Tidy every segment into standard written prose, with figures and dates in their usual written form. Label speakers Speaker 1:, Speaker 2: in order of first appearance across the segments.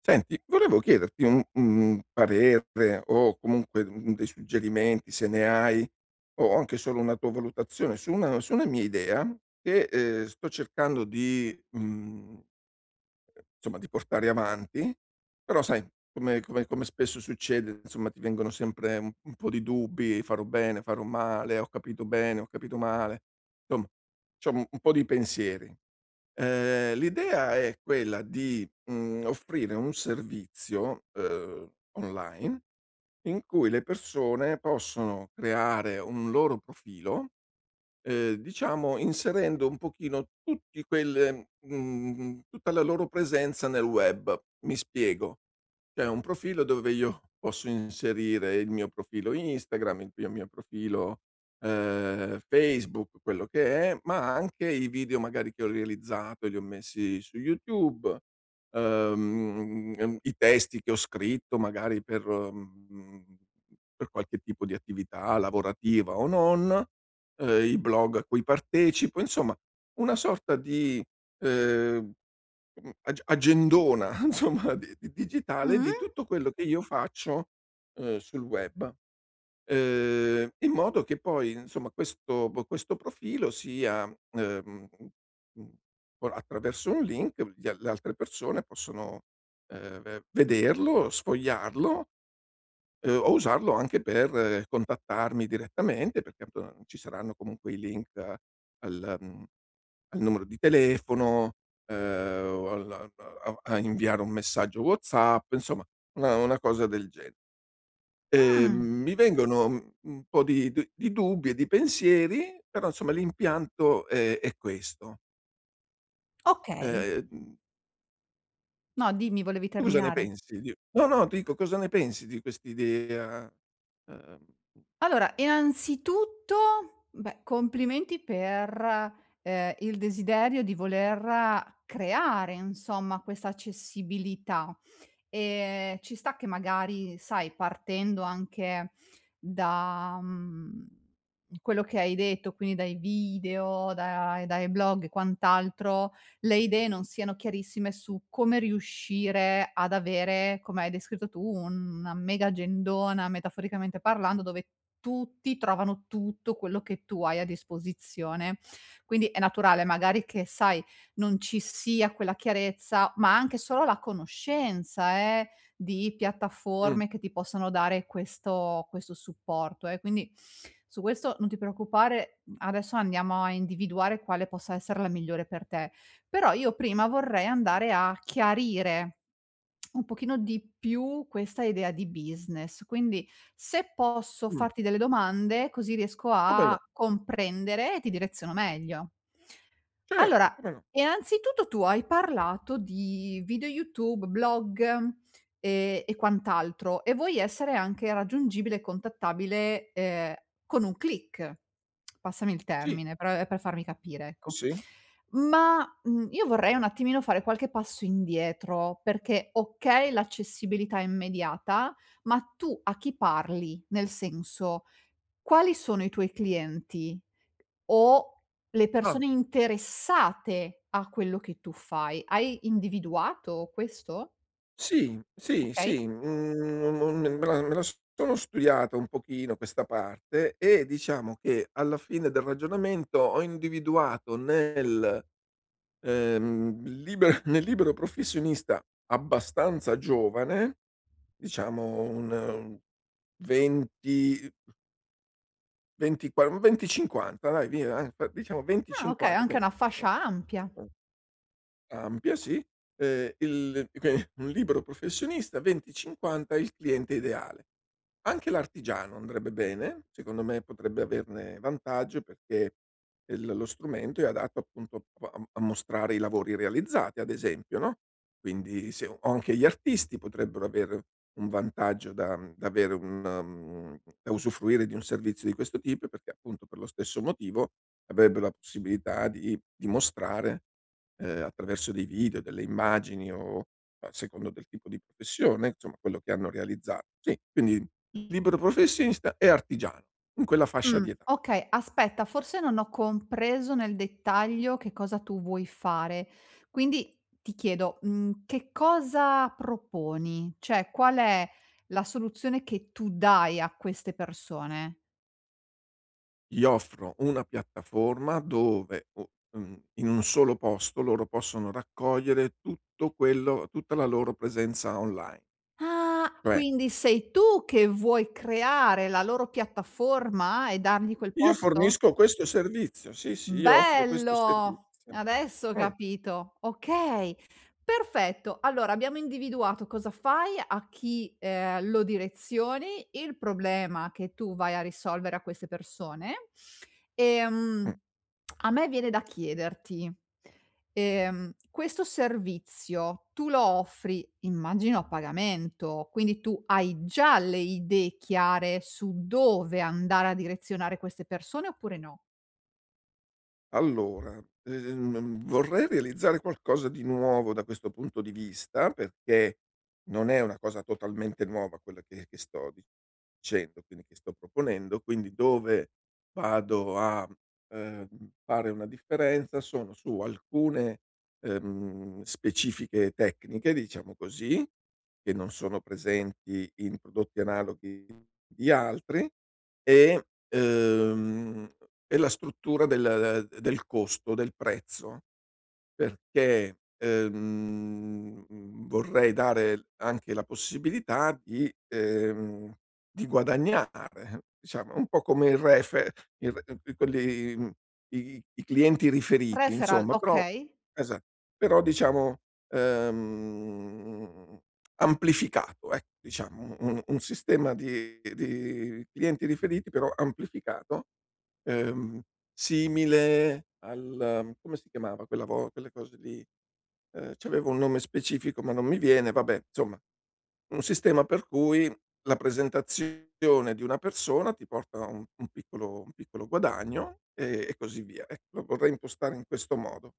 Speaker 1: Senti, volevo chiederti un parere o comunque, dei suggerimenti se ne hai, o anche solo una tua valutazione su una mia idea che, sto cercando di insomma di portare avanti, però sai come spesso succede, insomma ti vengono sempre un po' di dubbi, farò bene, farò male, ho capito bene, ho capito male, insomma c'ho un po' di pensieri. L'idea è quella di, offrire un servizio, online, in cui le persone possono creare un loro profilo. Diciamo, inserendo un pochino tutta la loro presenza nel web. Mi spiego: c'è un profilo dove io posso inserire il mio profilo Instagram, il mio profilo, Facebook, quello che è, ma anche i video magari che ho realizzato, li ho messi su YouTube, i testi che ho scritto magari per, per qualche tipo di attività lavorativa o non, i blog a cui partecipo, insomma una sorta di, ehm, mhmm, ag agendona insomma di digitale,
Speaker 2: Mh?
Speaker 1: di tutto quello che io faccio, sul web, in modo che poi, insomma, questo profilo sia, ehm, mhmm, o attraverso un link, gli a le altre persone possono, v vederlo, sfogliarlo. O usarlo anche per, contattarmi direttamente, perché appunto ci saranno comunque i link, al mhmm, al numero di telefono, o al a a inviare un messaggio WhatsApp, insomma una cosa del genere. Ehm,
Speaker 2: Mh.
Speaker 1: Mi vengono, un po' di d di dubbi e di pensieri, però insomma l'impianto è questo.
Speaker 2: Okay.
Speaker 1: Ehm,
Speaker 2: No, dimmi, volevi
Speaker 1: tu cosa ne
Speaker 2: terminare.
Speaker 1: pensi di No, no, dico, cosa ne pensi di quest'idea? Ehm
Speaker 2: Allora, innanzitutto, beh, complimenti per, il desiderio di voler creare, insomma, questa accessibilità. Ci sta che magari, sai, partendo anche da, quello che hai detto, quindi dai video, dai blog e quant'altro, le idee non siano chiarissime su come riuscire ad avere, come hai descritto tu, una mega agendona, metaforicamente parlando, dove tutti trovano tutto quello che tu hai a disposizione. Quindi è naturale magari che, sai, non ci sia quella chiarezza, ma anche solo la conoscenza, di
Speaker 1: mh,
Speaker 2: piattaforme che ti possono dare questo supporto, eh. Quindi su questo non ti preoccupare, adesso andiamo a individuare quale possa essere la migliore per te. Però io prima vorrei andare a chiarire un pochino di più questa idea di business. Quindi se posso
Speaker 1: mh,
Speaker 2: farti delle domande, così riesco
Speaker 1: come
Speaker 2: a
Speaker 1: no?
Speaker 2: comprendere e ti direziono meglio.
Speaker 1: Certo,
Speaker 2: Allora,
Speaker 1: come no.
Speaker 2: innanzitutto tu hai parlato di video YouTube, blog, e quant'altro e vuoi essere anche raggiungibile e contattabile, con un click. Passami il
Speaker 1: Sì.
Speaker 2: termine, però è per farmi capire, ecco.
Speaker 1: Sì, sì.
Speaker 2: Ma, io vorrei un attimino fare qualche passo indietro, perché okay, l'accessibilità è immediata, ma tu a chi parli? Nel senso, quali sono i tuoi clienti? O le
Speaker 1: Ah,
Speaker 2: persone interessate a quello che tu fai. Hai individuato questo?
Speaker 1: sì, sì,
Speaker 2: Okay.
Speaker 1: sì, me la sono studiata un pochino questa parte, e diciamo che alla fine del ragionamento ho individuato nel, liber nel libero professionista abbastanza giovane, diciamo un 20, 20, qua, 20, 50, dai, via, dai, diciamo 20,
Speaker 2: Ah, okay,
Speaker 1: 50,
Speaker 2: anche
Speaker 1: quindi.
Speaker 2: una
Speaker 1: eh,
Speaker 2: fascia ampia.
Speaker 1: eh, Ampia, sì. Il que un libero professionista 20/50, il cliente ideale. Anche l'artigiano andrebbe bene, secondo me potrebbe averne vantaggio, perché il lo strumento è adatto appunto a mostrare i lavori realizzati, ad esempio, no, quindi se o anche gli artisti potrebbero avere un vantaggio da avere un, da usufruire di un servizio di questo tipo, perché appunto per lo stesso motivo avrebbe la possibilità di mostrare, attraverso dei video, delle immagini, o a secondo del tipo di professione, insomma quello che hanno realizzato. Sì, quindi libero professionista e artigiano, in quella fascia di età.
Speaker 2: Okay, aspetta, forse non ho compreso nel dettaglio che cosa tu vuoi fare. Quindi ti chiedo, che cosa proponi? Cioè, qual è la soluzione che tu dai a queste persone?
Speaker 1: Gli offro una piattaforma dove, o, in un solo posto, loro possono raccogliere tutto quello tutta la loro presenza online.
Speaker 2: Ah,
Speaker 1: Cioè,
Speaker 2: quindi sei tu che vuoi creare la loro piattaforma e dargli quel
Speaker 1: io
Speaker 2: posto?
Speaker 1: fornisco questo servizio, sì, sì, io offro questo
Speaker 2: Bello!
Speaker 1: servizio.
Speaker 2: Adesso ho
Speaker 1: Mh,
Speaker 2: capito. Okay, perfetto. Allora abbiamo individuato cosa fai, a chi, lo direzioni, il problema che tu vai a risolvere a queste persone.
Speaker 1: mh.
Speaker 2: Ehm, A me viene da chiederti, questo servizio tu lo offri, immagino, a pagamento, quindi tu hai già le idee chiare su dove andare a direzionare queste persone oppure no?
Speaker 1: Allora, vorrei realizzare qualcosa di nuovo da questo punto di vista, perché non è una cosa totalmente nuova quella che sto dicendo, quindi che sto proponendo, quindi dove vado a, ehm, fare una differenza, sono su alcune, specifiche tecniche, diciamo così, che non sono presenti in prodotti analoghi di altri. E, è la struttura del costo, del prezzo, perché, mhmm, vorrei dare anche la possibilità di, di guadagnare, diciamo, un po' come il refe il re quelli mhmm, i clienti riferiti,
Speaker 2: Referral,
Speaker 1: insomma,
Speaker 2: okay.
Speaker 1: esa però diciamo, ehm, amplificato, ecco, diciamo, un sistema di clienti riferiti, però amplificato, ehm simile al, come si chiamava quella vo quelle cose lì? C'aveva un nome specifico, ma non mi viene, vabbè, insomma, un sistema per cui la presentazione di una persona ti porta a un piccolo guadagno, e così via. Ecco, lo vorrei impostare in questo modo.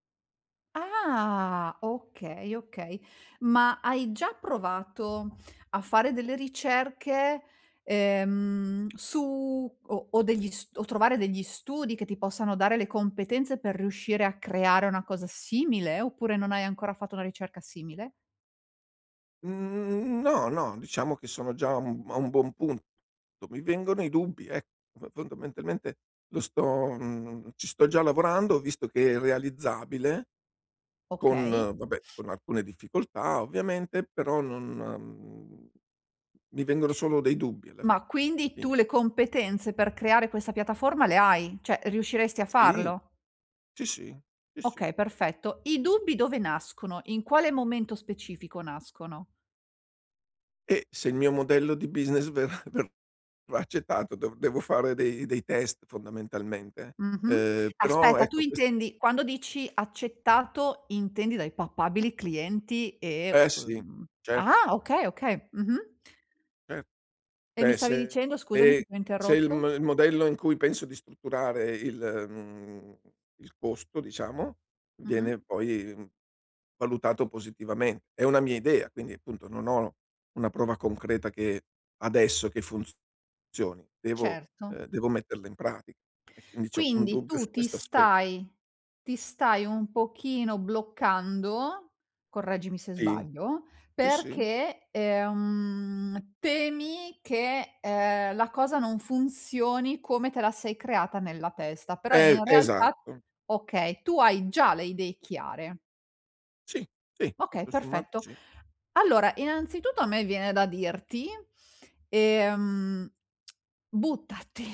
Speaker 2: Ah, okay, okay. Ma hai già provato a fare delle ricerche, su o degli s o trovare degli studi che ti possano dare le competenze per riuscire a creare una cosa simile, oppure non hai ancora fatto una ricerca simile?
Speaker 1: Mhmm, no, no, diciamo che sono già a un buon punto. Mi vengono i dubbi, ecco. F fondamentalmente ci sto già lavorando, ho visto che è realizzabile. Con,
Speaker 2: Okay.
Speaker 1: vabbè, con alcune difficoltà ovviamente, però non, mi vengono solo dei dubbi alla
Speaker 2: Ma quindi tu
Speaker 1: fine.
Speaker 2: le competenze per creare questa piattaforma le hai? Cioè riusciresti a
Speaker 1: Sì.
Speaker 2: farlo?
Speaker 1: Sì, sì, sì, sì.
Speaker 2: Okay, perfetto. I dubbi dove nascono? In quale momento specifico nascono?
Speaker 1: E se il mio modello di business verrà verrà accettato, devo fare dei test, fondamentalmente.
Speaker 2: Mh-mh.
Speaker 1: Però
Speaker 2: Aspetta, tu
Speaker 1: ecco, quest
Speaker 2: intendi quando dici accettato, intendi dai papabili clienti
Speaker 1: eh,
Speaker 2: e
Speaker 1: sì. cer
Speaker 2: ah, okay, okay. Mh-mh.
Speaker 1: cer
Speaker 2: E mi
Speaker 1: Cioè,
Speaker 2: stavi
Speaker 1: se
Speaker 2: dicendo, scusami che
Speaker 1: e
Speaker 2: ti ho
Speaker 1: il
Speaker 2: interrotto?
Speaker 1: m il modello in cui penso di strutturare mhmm, il costo, diciamo,
Speaker 2: Mh-mh.
Speaker 1: viene poi, valutato positivamente. È una mia idea, quindi appunto non ho una prova concreta che funzioni. Devo
Speaker 2: Certo.
Speaker 1: ehm, devo metterla in pratica, e quindi c'ho un
Speaker 2: Quindi
Speaker 1: dubbio su
Speaker 2: tu ti
Speaker 1: questo. Aspe
Speaker 2: stai un pochino bloccando, correggimi se
Speaker 1: Sì,
Speaker 2: sbaglio,
Speaker 1: sì, sì.
Speaker 2: perché, temi che, la cosa non funzioni come te la sei creata nella testa, però in realtà
Speaker 1: Esatto.
Speaker 2: okay, tu hai già le idee chiare.
Speaker 1: Sì, sì,
Speaker 2: Okay,
Speaker 1: tutto sommato
Speaker 2: perfetto.
Speaker 1: sì.
Speaker 2: Allora, innanzitutto a me viene da dirti, ehm, buttati,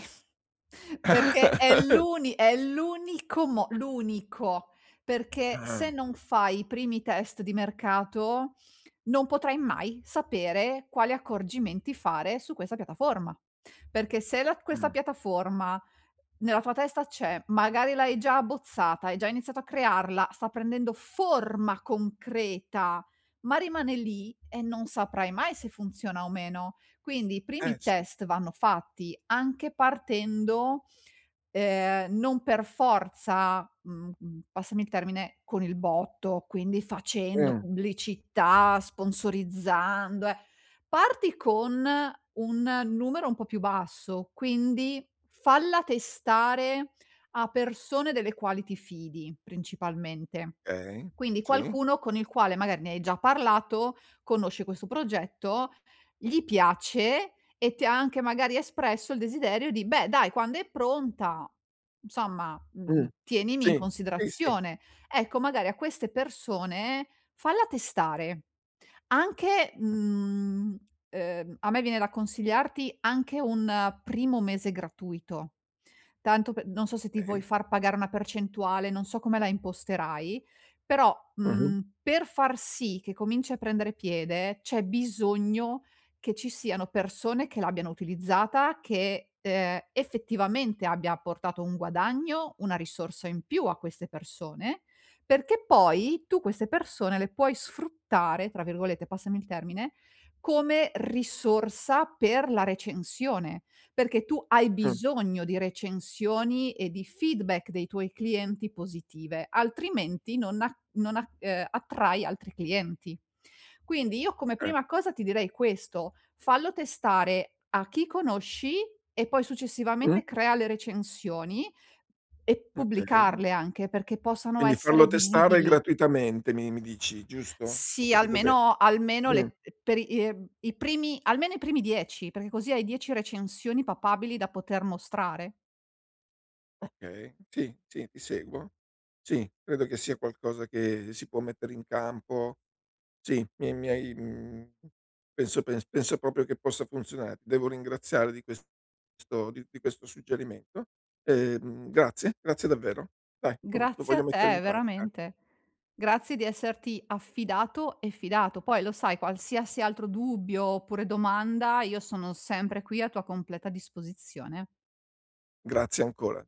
Speaker 2: perché è l'unico, perché
Speaker 1: Ah,
Speaker 2: se non fai i primi test di mercato, non potrai mai sapere quali accorgimenti fare su questa piattaforma. Perché se la questa
Speaker 1: mh.
Speaker 2: piattaforma nella tua testa c'è, magari l'hai già abbozzata, hai già iniziato a crearla, sta prendendo forma concreta, ma rimane lì e non saprai mai se funziona o meno. Quindi i
Speaker 1: Eh,
Speaker 2: primi
Speaker 1: sì.
Speaker 2: test vanno fatti anche partendo. Non per forza, passami il termine, con il botto, quindi facendo
Speaker 1: Mh.
Speaker 2: pubblicità, sponsorizzando, eh. Parti con un numero un po' più basso, quindi falla testare a persone delle quali ti fidi principalmente.
Speaker 1: Okay,
Speaker 2: Quindi
Speaker 1: sì.
Speaker 2: qualcuno con il quale magari ne hai già parlato, conosce questo progetto, gli piace e ti ha anche magari espresso il desiderio di: "Beh dai quando è pronta, insomma,
Speaker 1: Mh,
Speaker 2: tienimi in
Speaker 1: sì. Sì, sì,
Speaker 2: considerazione". Ecco magari a queste persone falla testare. Anche, a me viene da consigliarti anche un primo mese gratuito. Tanto pe non so se ti vuoi
Speaker 1: okay.
Speaker 2: far pagare una percentuale, non so come la imposterai, però,
Speaker 1: Mh-mh,
Speaker 2: per far sì che cominci a prendere piede, c'è bisogno che ci siano persone che l'abbiano utilizzata, che, effettivamente abbia portato un guadagno, una risorsa in più a queste persone perché poi tu queste persone le puoi "sfruttare", tra virgolette, passami il termine, come risorsa per la recensione, perché tu hai
Speaker 1: mh,
Speaker 2: bisogno di recensioni e di feedback dei tuoi clienti positive, altrimenti non a non a attrai altri clienti. Quindi io come
Speaker 1: eh.
Speaker 2: prima cosa ti direi questo: fallo testare a chi conosci e poi
Speaker 1: Mh.
Speaker 2: successivamente crea le recensioni e
Speaker 1: Okay.
Speaker 2: pubblicarle anche, perché possano
Speaker 1: Quindi
Speaker 2: essere
Speaker 1: farlo testare
Speaker 2: visibili.
Speaker 1: gratuitamente, mi dici, giusto? Ho
Speaker 2: Sì,
Speaker 1: capito. be
Speaker 2: almeno
Speaker 1: Mh.
Speaker 2: le per i i primi almeno i primi 10, perché così hai 10 recensioni papabili da poter mostrare.
Speaker 1: Okay, sì, sì, ti seguo. Sì, credo che sia qualcosa che si può mettere in campo. Sì, penso proprio che possa funzionare. Ti devo ringraziare di questo suggerimento. Grazie, grazie davvero. Dai, lo
Speaker 2: Grazie a
Speaker 1: voglio mettere
Speaker 2: te,
Speaker 1: in pratica.
Speaker 2: veramente. Grazie di esserti affidato e fidato. Poi lo sai, qualsiasi altro dubbio oppure domanda, io sono sempre qui a tua completa disposizione.
Speaker 1: Grazie ancora.